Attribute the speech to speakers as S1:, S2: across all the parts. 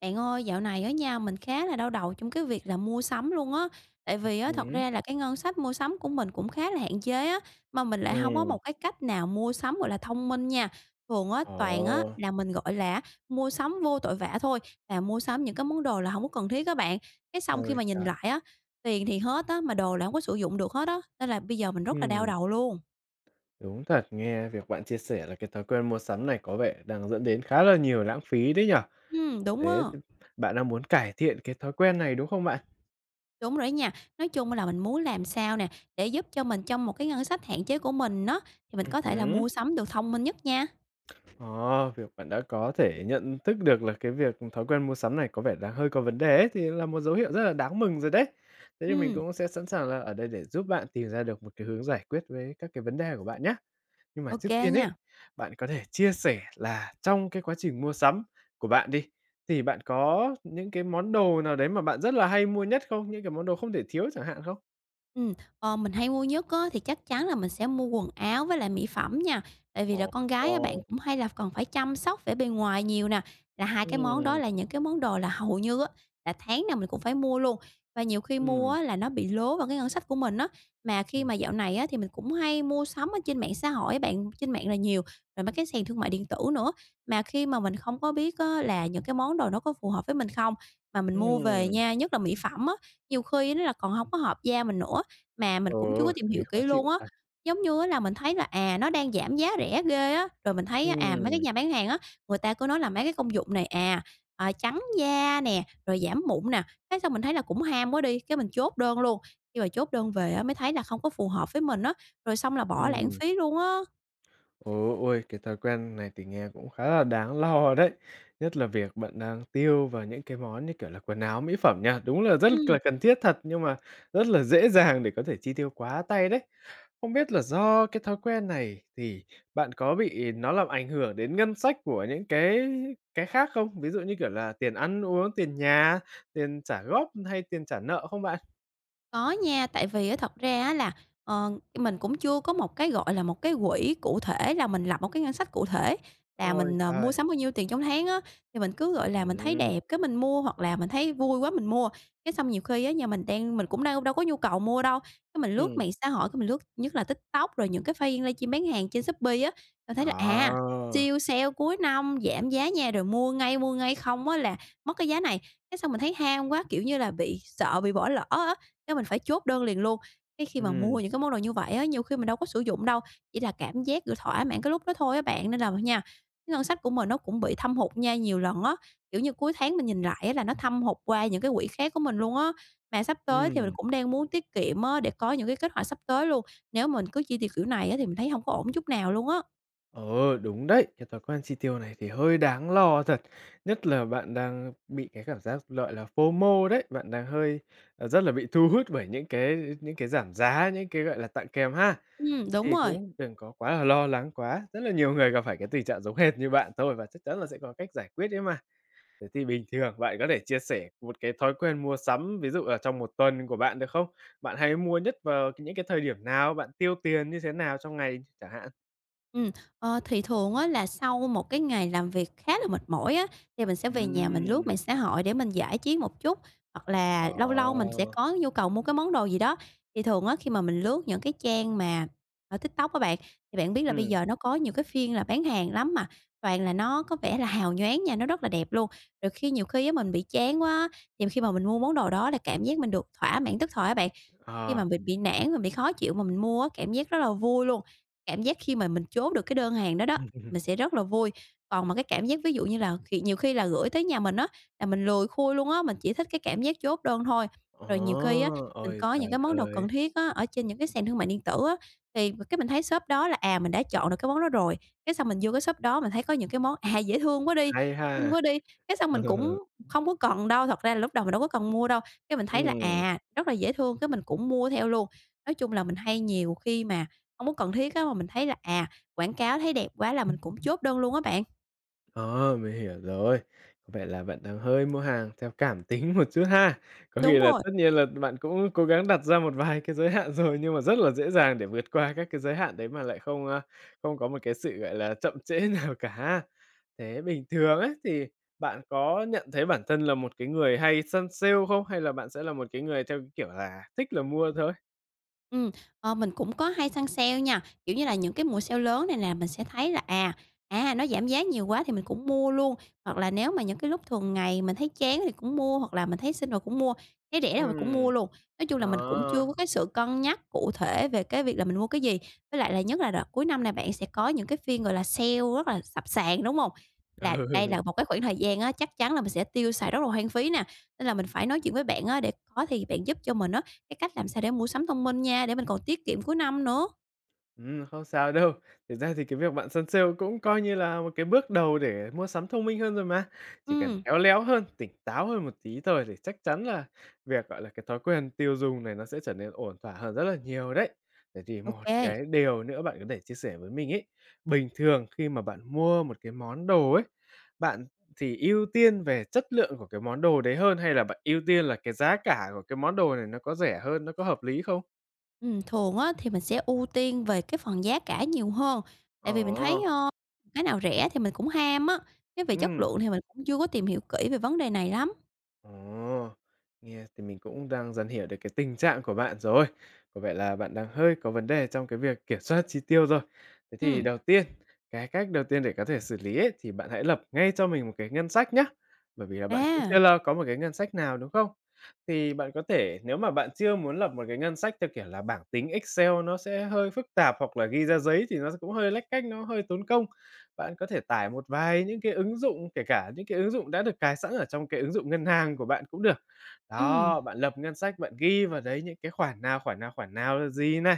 S1: Bạn ơi, dạo này ở nhà mình khá là đau đầu trong cái việc là mua sắm luôn á. Tại vì á, thật
S2: Ừm,
S1: ra là cái ngân sách mua sắm của mình cũng khá là hạn chế á, mà mình lại không có
S2: ừm,
S1: một cái cách nào mua sắm, gọi là, thông minh nha. Thường á, toàn á
S2: ồ,
S1: là mình, gọi là mua sắm vô tội vạ thôi, là mua sắm những cái món đồ là không có cần thiết các bạn. Cái xong khi
S2: ôi
S1: mà nhìn
S2: trời!
S1: lại á, tiền thì hết á, mà đồ là không có sử dụng được hết á, nên là bây giờ mình rất là đau
S2: Ừm,
S1: đầu luôn.
S2: đúng thật, nghe việc bạn chia sẻ là cái thói quen mua sắm này có vẻ đang dẫn đến khá là nhiều lãng phí đấy nhỉ?
S1: Đúng á.
S2: Thế th Bạn đang muốn cải thiện cái thói quen này, đúng không bạn?
S1: Đúng rồi đó nha. Nói chung là mình muốn làm sao nè, để giúp cho mình trong một cái ngân sách hạn chế của mình á, thì mình có thể là
S2: Hứm,
S1: mua sắm được thông minh nhất nha.
S2: ờ, việc bạn đã có thể nhận thức được là cái việc thói quen mua sắm này có vẻ là hơi có vấn đề ấy, thì là một dấu hiệu rất là đáng mừng rồi đấy. Thế thì mình
S1: Ừ,
S2: cũng sẽ sẵn sàng là ở đây để giúp bạn tìm ra được một cái hướng giải quyết với các cái vấn đề của bạn nhá. Nhưng mà trước
S1: ok
S2: tiên ấy,
S1: nha.
S2: bạn có thể chia sẻ là trong cái quá trình mua sắm của bạn đi, thì bạn có những cái món đồ nào đấy mà bạn rất là hay mua nhất không? Những cái món đồ không thể thiếu chẳng hạn không?
S1: Ừm, mình hay mua nhất á thì chắc chắn là mình sẽ mua quần áo với lại mỹ phẩm nha, tại vì là
S2: Ồ,
S1: con
S2: ồ,
S1: gái á bạn cũng hay là còn phải chăm sóc vẻ bề ngoài nhiều nè, là hai cái món đó
S2: ừm,
S1: là những cái món đồ là hầu như á là tháng nào mình cũng phải mua luôn. Và nhiều khi mua
S2: ừm,
S1: á là nó bị lố vào cái ngân sách của mình á, mà khi
S2: ừm,
S1: mà dạo này á thì mình cũng hay mua sắm ở trên mạng xã hội á bạn, trên mạng là nhiều, rồi mấy cái sàn thương mại điện tử nữa. Mà khi mà mình không có biết á là những cái món đồ nó có phù hợp với mình không, mà mình mua về
S2: ừm,
S1: nha, nhất là mỹ phẩm á, nhiều khi nó là còn không có hợp da mình nữa, mà mình
S2: ừ,
S1: cũng chưa có
S2: tại
S1: tìm
S2: vì
S1: hiểu
S2: khó
S1: kỹ
S2: chịu
S1: luôn á,
S2: thật.
S1: giống như á là mình thấy là, à, nó đang giảm giá rẻ ghê á, rồi mình thấy à, mấy cái
S2: Ừm,
S1: nhà bán hàng á, người ta cứ nói là mấy cái công dụng này, à, trắng da nè, rồi giảm mụn nè, cái xong mình thấy là cũng ham quá đi, cái mình chốt đơn luôn. Khi mà chốt đơn về á mới thấy là không có phù hợp với mình á, rồi xong là bỏ lãng
S2: ừm.
S1: phí luôn á.
S2: Ồ, ôi, cái thói quen này thì nghe cũng khá là đáng lo đấy. Nhất là việc bạn đang tiêu vào những cái món như kiểu là quần áo, mỹ phẩm nha. Đúng là rất
S1: Ừm.
S2: là cần thiết thật, nhưng mà rất là dễ dàng để có thể chi tiêu quá tay đấy. Không biết là do cái thói quen này thì bạn có bị nó làm ảnh hưởng đến ngân sách của những cái khác không? Ví dụ như kiểu là tiền ăn uống, tiền nhà, tiền trả góp hay tiền trả nợ không bạn?
S1: Có nha, tại vì á thật ra á là, ờ, mình cũng chưa có một cái, gọi là, một cái quỹ cụ thể là mình lập một cái ngân sách cụ thể là
S2: Ôi
S1: mình,
S2: trời!
S1: mua sắm bao nhiêu tiền trong tháng á, thì mình cứ, gọi
S2: ừ
S1: là, mình thấy đẹp cái mình mua hoặc là mình thấy vui quá mình mua. Cái xong nhiều khi á nhà mình đang mình cũng đang đâu có nhu cầu mua đâu, cái mình lướt
S2: ừm.
S1: mạng xã hội, cái mình lướt nhất là TikTok rồi những cái fan livestream bán hàng trên Shopee á, là thấy là, à,
S2: Ờ,
S1: siêu sale cuối năm giảm giá nha, rồi mua ngay, không á là mất cái giá này. Cái xong mình thấy ham quá, kiểu như là, bị sợ bị bỏ lỡ á, cái mình phải chốt đơn liền luôn. Cái khi mà
S2: ừ,
S1: mua những cái món đồ như vậy á, nhiều khi mình đâu có sử dụng đâu, chỉ là cảm giác được thỏa mãn cái lúc đó thôi á bạn. Nên là nha, cái ngân sách của mình nó cũng bị thâm hụt nha, nhiều lần á, kiểu như, cuối tháng mình nhìn lại á là nó thâm hụt qua những cái quỹ khác của mình luôn á. Mà sắp tới thì mình
S2: ừm.
S1: cũng đang muốn tiết kiệm á, để có những cái kế hoạch sắp tới luôn. Nếu mình cứ chi tiêu kiểu này á thì mình thấy không có ổn chút nào luôn á.
S2: Ờ, đúng đấy, cái thói quen chi tiêu này thì hơi đáng lo thật, nhất là bạn đang bị cái cảm giác, gọi là, FOMO đấy, bạn đang hơi, rất là bị thu hút bởi những cái giảm giá, những cái, gọi là, tặng kèm ha. Thế
S1: Đúng
S2: thì
S1: rồi.
S2: cũng đừng có quá là lo lắng quá, rất là nhiều người gặp phải cái tình trạng giống hệt như bạn thôi và chắc chắn là sẽ có cách giải quyết đấy mà. Thế thì bình thường bạn có thể chia sẻ một cái thói quen mua sắm, ví dụ ở trong một tuần của bạn được không? Bạn hay mua nhất vào những cái thời điểm nào? Bạn tiêu tiền như thế nào trong ngày chẳng hạn?
S1: Ừm, thì thường á là sau một cái ngày làm việc khá là mệt mỏi á, thì mình sẽ về nhà mình
S2: Ừm.
S1: lướt mạng xã hội để mình giải trí một chút, hoặc là
S2: Ờ,
S1: lâu lâu mình sẽ có nhu cầu mua cái món đồ gì đó. Thì thường á khi mà mình lướt những cái trang mà ở TikTok các bạn, thì bạn biết là bây
S2: ừm,
S1: giờ nó có nhiều cái phiên là bán hàng lắm mà, toàn là nó có vẻ là hào nhoáng nha, nó rất là đẹp luôn. Rồi khi nhiều khi á mình bị chán quá thì khi mà mình mua món đồ đó là cảm giác mình được thỏa mãn tức thời á bạn. Khi
S2: ờ.
S1: mà mình bị nản, mình bị khó chịu mà mình mua á, cảm giác rất là vui luôn. Cảm giác khi mà mình chốt được cái đơn hàng đó đó, mình sẽ rất là vui. Còn mà cái cảm giác ví dụ như là khi nhiều khi là gửi tới nhà mình á, là mình lười khui luôn á, mình chỉ thích cái cảm giác chốt đơn thôi.
S2: Ồ,
S1: Rồi nhiều khi á, mình
S2: ôi
S1: có những
S2: trời
S1: cái món đồ
S2: ơi,
S1: cần thiết á, ở trên những cái sàn thương mại điện tử á, thì cái mình thấy shop đó là, à, mình đã chọn được cái món đó rồi, cái xong mình vô cái shop đó mình thấy có những cái món, à, dễ thương quá đi,
S2: hay
S1: xinh
S2: ha!
S1: quá đi, cái xong mình cũng không có cần đâu, thật ra là lúc đầu mình đâu có cần mua đâu, cái mình thấy là,
S2: Ừm.
S1: à, rất là dễ thương, cái mình cũng mua theo luôn. Nói chung là mình hay nhiều khi mà không có cần thiết á, mà mình thấy là, à, quảng cáo thấy đẹp quá là mình cũng chốt đơn luôn á bạn.
S2: Ờ, mình hiểu rồi. Có vẻ là bạn đang hơi mua hàng theo cảm tính một chút ha. Có khi
S1: Đúng
S2: là
S1: rồi.
S2: tất nhiên là bạn cũng cố gắng đặt ra một vài cái giới hạn rồi, nhưng mà rất là dễ dàng để vượt qua các cái giới hạn đấy mà lại không không có một cái sự, gọi là, chậm trễ nào cả. Thế bình thường ấy, thì bạn có nhận thấy bản thân là một cái người hay săn sale không? Hay là bạn sẽ là một cái người theo cái kiểu là thích là mua thôi?
S1: Ừm, mình cũng có hay săn sale nha, kiểu như là, những cái mùa sale lớn này nè, mình sẽ thấy là, à, nó giảm giá nhiều quá thì mình cũng mua luôn, hoặc là nếu mà những cái lúc thường ngày mình thấy chán thì cũng mua, hoặc là mình thấy xinh rồi cũng mua, thấy rẻ rồi cũng
S2: Ừm.
S1: mua luôn. Nói chung là mình cũng chưa
S2: Ờ.
S1: có cái sự cân nhắc cụ thể về cái việc là mình mua cái gì. Với lại là nhất là đợt cuối năm này bạn sẽ có những cái phiên, gọi là, sale rất là sập sàn, đúng không? Là đây
S2: Ừ.
S1: là một cái khoảng thời gian á, chắc chắn là mình sẽ tiêu xài rất là hoang phí nè, nên là mình phải nói chuyện với bạn á để có thì bạn giúp cho mình á, cái cách làm sao để mua sắm thông minh nha, để mình còn tiết kiệm cuối năm nữa.
S2: Không sao đâu. Thực ra thì cái việc bạn săn sale cũng coi như là một cái bước đầu để mua sắm thông minh hơn rồi mà. Chỉ cần
S1: Ừm,
S2: khéo léo hơn, tỉnh táo hơn một tí thôi thì chắc chắn là việc, gọi là, cái thói quen tiêu dùng này nó sẽ trở nên ổn thỏa hơn rất là nhiều đấy. Vậy thì
S1: ok,
S2: một
S1: kê.
S2: cái điều nữa bạn có thể chia sẻ với mình ấy, bình thường khi mà bạn mua một cái món đồ ấy, bạn thì ưu tiên về chất lượng của cái món đồ đấy hơn hay là bạn ưu tiên là cái giá cả của cái món đồ này nó có rẻ hơn, nó có hợp lý không?
S1: Thường á thì mình sẽ ưu tiên về cái phần giá cả nhiều hơn, tại vì mình
S2: Ồ,
S1: thấy, cái nào rẻ thì mình cũng ham á, cái về chất
S2: ừm.
S1: lượng thì mình cũng chưa có tìm hiểu kỹ về vấn đề này lắm.
S2: Ồ, nghe thì mình cũng đang dần hiểu được cái tình trạng của bạn rồi. Có vẻ là bạn đang hơi có vấn đề trong cái việc kiểm soát chi tiêu rồi. Thế thì
S1: Ừm,
S2: đầu tiên, cái cách đầu tiên để có thể xử lý ấy, thì bạn hãy lập ngay cho mình một cái ngân sách nhá. Bởi vì là bạn cũng chưa
S1: à,
S2: lo có một cái ngân sách nào đúng không? Thì bạn có thể nếu mà bạn chưa muốn lập một cái ngân sách theo kiểu là bảng tính Excel nó sẽ hơi phức tạp hoặc là ghi ra giấy thì nó cũng hơi lách cách, nó hơi tốn công. Bạn có thể tải một vài những cái ứng dụng, kể cả những cái ứng dụng đã được cài sẵn ở trong cái ứng dụng ngân hàng của bạn cũng được.
S1: ừm.
S2: Đó, bạn lập ngân sách, bạn ghi vào đấy những cái khoản nào, khoản nào, khoản nào là gì này.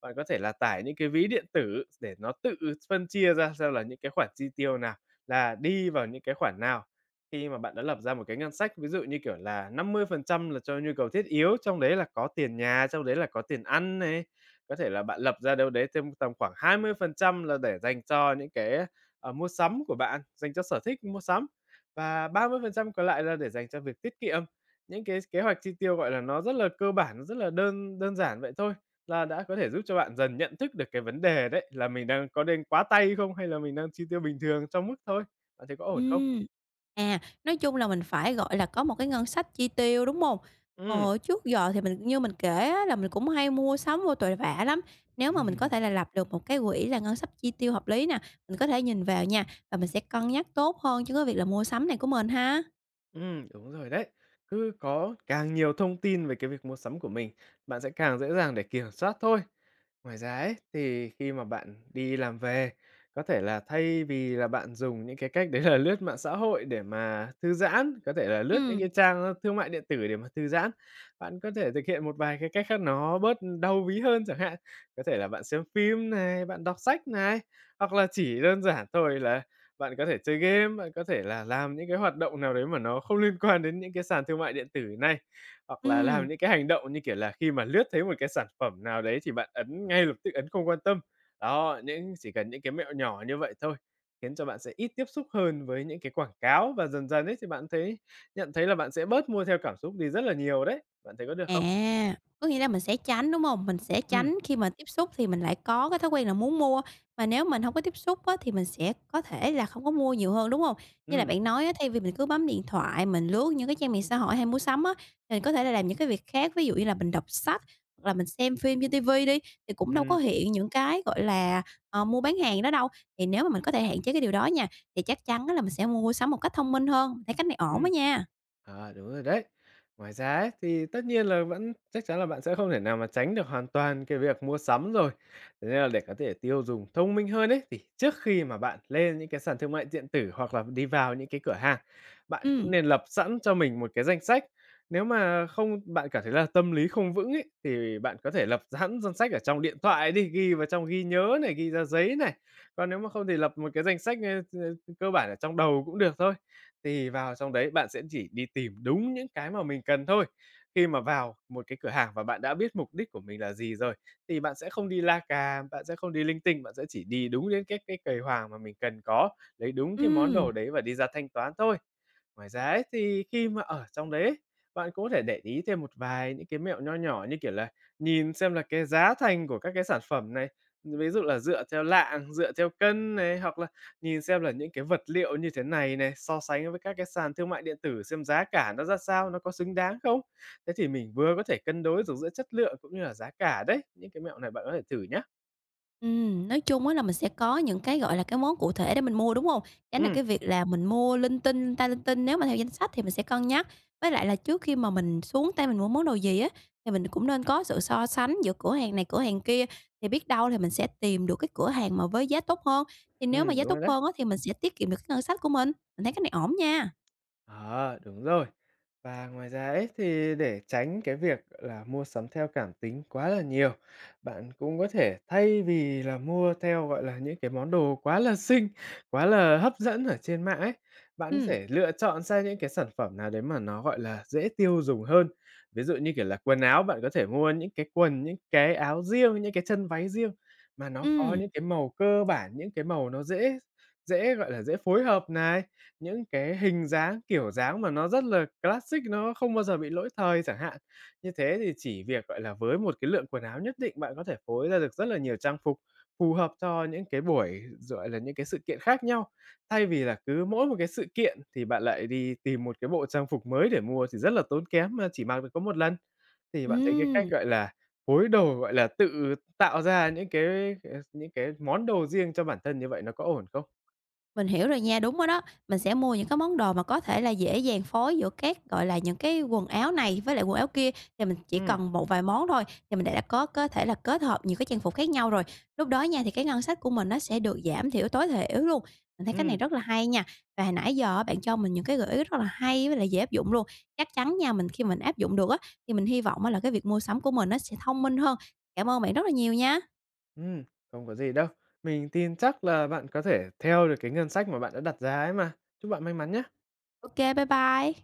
S2: Bạn có thể là tải những cái ví điện tử để nó tự phân chia ra xem là những cái khoản chi tiêu nào là đi vào những cái khoản nào. Khi mà bạn đã lập ra một cái ngân sách, ví dụ như kiểu là 50% là cho nhu cầu thiết yếu, trong đấy là có tiền nhà, trong đấy là có tiền ăn này. Có thể là bạn lập ra đâu đấy thêm tầm khoảng 20% là để dành cho những cái mua sắm của bạn, dành cho sở thích mua sắm và 30% còn lại là để dành cho việc tiết kiệm. Những cái kế hoạch chi tiêu, gọi là, nó rất là cơ bản, nó rất là đơn đơn giản vậy thôi là đã có thể giúp cho bạn dần nhận thức được cái vấn đề đấy, là mình đang có nên quá tay không hay là mình đang chi tiêu bình thường trong mức thôi. Bạn thấy có ổn không?
S1: Ừm. À, nói chung là mình phải, gọi là, có một cái ngân sách chi tiêu, đúng hông?
S2: Ừm.
S1: Ờ, trước giờ thì mình như mình kể á là mình cũng hay mua sắm vô tội vạ lắm. Nếu mà mình có thể là lập được một cái quỹ là ngân sách chi tiêu hợp lý nè, mình có thể nhìn vào nha, và mình sẽ cân nhắc tốt hơn cho cái việc là mua sắm này của mình ha.
S2: Ừ, đúng rồi đấy. Cứ có càng nhiều thông tin về cái việc mua sắm của mình, bạn sẽ càng dễ dàng để kiểm soát thôi. Ngoài ra ấy, thì khi mà bạn đi làm về, có thể là thay vì là bạn dùng những cái cách đấy là lướt mạng xã hội để mà thư giãn, có thể là lướt những
S1: Ừm,
S2: cái trang, thương mại điện tử để mà thư giãn, bạn có thể thực hiện một vài cái cách khác nó bớt đau ví hơn chẳng hạn. Có thể là bạn xem phim này, bạn đọc sách này, hoặc là chỉ đơn giản thôi là bạn có thể chơi game, bạn có thể là làm những cái hoạt động nào đấy mà nó không liên quan đến những cái sàn thương mại điện tử này, hoặc là làm
S1: ừm.
S2: những cái hành động, như kiểu là, khi mà lướt thấy một cái sản phẩm nào đấy thì bạn ấn ngay lập tức, ấn không quan tâm. Đó, những chỉ cần những cái mẹo nhỏ như vậy thôi, khiến cho bạn sẽ ít tiếp xúc hơn với những cái quảng cáo và dần dần ấy thì bạn thấy nhận thấy là bạn sẽ bớt mua theo cảm xúc đi rất là nhiều đấy. Bạn thấy có được không?
S1: À, có nghĩa là mình sẽ tránh, đúng hông? Mình sẽ
S2: Ừm,
S1: tránh khi mà tiếp xúc thì mình lại có cái thói quen là muốn mua, mà nếu mình hông có tiếp xúc á, thì mình sẽ có thể là không có mua nhiều hơn, đúng hông? Như là
S2: ừm,
S1: bạn nói á, thay vì mình cứ bấm điện thoại, mình lướt những cái trang mạng xã hội hay mua sắm á, mình có thể là làm những cái việc khác, ví dụ như là mình đọc sách hoặc là mình xem phim trên ti vi đi, thì cũng đâu
S2: ừm,
S1: có hiện những cái, gọi là, mua bán hàng đó đâu. Thì nếu mà mình có thể hạn chế cái điều đó nha, thì chắc chắn á là mình sẽ mua sắm một cách thông minh hơn, thấy cách này ổn
S2: ừm.
S1: á nha.
S2: À, đúng rồi đấy. Ngoài ra ấy, thì tất nhiên là vẫn chắc chắn là bạn sẽ không thể nào mà tránh được hoàn toàn cái việc mua sắm rồi. Thế nên là để có thể tiêu dùng thông minh hơn ấy, thì trước khi mà bạn lên những cái sàn thương mại điện tử hoặc là đi vào những cái cửa hàng, bạn cũng
S1: Ừm,
S2: nên lập sẵn cho mình một cái danh sách. Nếu mà không bạn cảm thấy là tâm lý không vững ấy, thì bạn có thể lập sẵn danh sách ở trong điện thoại đi, ghi vào trong ghi nhớ này, ghi ra giấy này. Còn nếu mà không thì lập một cái danh sách, cơ bản ở trong đầu cũng được thôi thì vào trong đấy bạn sẽ chỉ đi tìm đúng những cái mà mình cần thôi. Khi mà vào một cái cửa hàng và bạn đã biết mục đích của mình là gì rồi, thì bạn sẽ không đi la cà, bạn sẽ không đi linh tinh, bạn sẽ chỉ đi đúng đến cái quầy hàng mà mình cần có, lấy đúng cái món
S1: ừm.
S2: đồ đấy và đi ra thanh toán thôi. Ngoài ra ấy, thì khi mà ở trong đấy ấy, bạn cũng có thể để ý thêm một vài những cái mẹo nho nhỏ như kiểu là nhìn xem là cái giá thành của các cái sản phẩm này, ví dụ là dựa theo lạng, dựa theo cân này, hoặc là nhìn xem là những cái vật liệu như thế này này, so sánh với các cái sàn thương mại điện tử xem giá cả nó ra sao, nó có xứng đáng không? Thế thì mình vừa có thể cân đối được giữa chất lượng cũng như là giá cả đấy. Những cái mẹo này bạn có thể thử nhá.
S1: Nói chung á là mình sẽ có những cái, gọi là, cái món cụ thể để mình mua, đúng hông? Tránh được
S2: Ừm,
S1: cái việc là mình mua linh tinh, linh ta linh tinh, nếu mà theo danh sách thì mình sẽ cân nhắc. Với lại là trước khi mà mình xuống tay mình mua món đồ gì á, thì mình cũng nên có sự so sánh giữa cửa hàng này, cửa hàng kia, thì biết đâu thì mình sẽ tìm được cái cửa hàng mà với giá tốt hơn. Thì nếu mà giá
S2: đúng rồi
S1: tốt
S2: đấy.
S1: hơn á, thì mình sẽ tiết kiệm được cái ngân sách của mình. Mình thấy cái này ổn nha.
S2: Ờ, đúng rồi. Và ngoài ra ấy, thì để tránh cái việc, là, mua sắm theo cảm tính quá là nhiều, bạn cũng có thể thay vì là mua theo, gọi là, những cái món đồ quá là xinh, quá là hấp dẫn ở trên mạng ấy, bạn có
S1: Ừm,
S2: thể lựa chọn sang những cái sản phẩm nào đấy mà nó, gọi là, dễ tiêu dùng hơn. Ví dụ như, kiểu là, quần áo, bạn có thể mua những cái quần, những cái áo riêng, những cái chân váy riêng mà nó có
S1: ừm,
S2: những cái màu cơ bản, những cái màu nó dễ dễ, gọi là, dễ phối hợp này. Những cái hình dáng, kiểu dáng mà nó rất là classic, nó không bao giờ bị lỗi thời chẳng hạn. Như thế thì chỉ việc, gọi là, với một cái lượng quần áo nhất định bạn có thể phối ra được rất là nhiều trang phục phù hợp cho những cái buổi, gọi là, những cái sự kiện khác nhau. Thay vì là cứ mỗi một cái sự kiện thì bạn lại đi tìm một cái bộ trang phục mới để mua thì rất là tốn kém mà chỉ mặc được có một lần. Thì bạn thấy cái cách,
S1: ừm.
S2: gọi là, phối đồ, gọi là, tự tạo ra những cái, những cái món đồ riêng cho bản thân như vậy nó có ổn không?
S1: Mình hiểu rồi nha, đúng rồi đó. Mình sẽ mua những cái món đồ mà có thể là dễ dàng phối giữa các, gọi là, những cái quần áo này với lại quần áo kia, thì mình chỉ
S2: Ừm,
S1: cần một vài món thôi, thì mình đã có thể là kết hợp nhiều cái trang phục khác nhau rồi. Lúc đó nha, thì cái ngân sách của mình nó sẽ được giảm thiểu tối thiểu luôn. Mình thấy cái này
S2: ừm.
S1: rất là hay nha. Và hồi nãy giờ á, bạn cho mình những cái gợi ý rất là hay với lại dễ áp dụng luôn. Chắc chắn nha, mình khi mình áp dụng được á, thì mình hy vọng á là cái việc mua sắm của mình nó sẽ thông minh hơn. Cảm ơn bạn rất là nhiều nha.
S2: Ừm, không có gì đâu. Mình tin chắc là bạn có thể theo được cái ngân sách mà bạn đã đặt ra ấy mà. Chúc bạn may mắn nhé
S1: Ok, bye bye.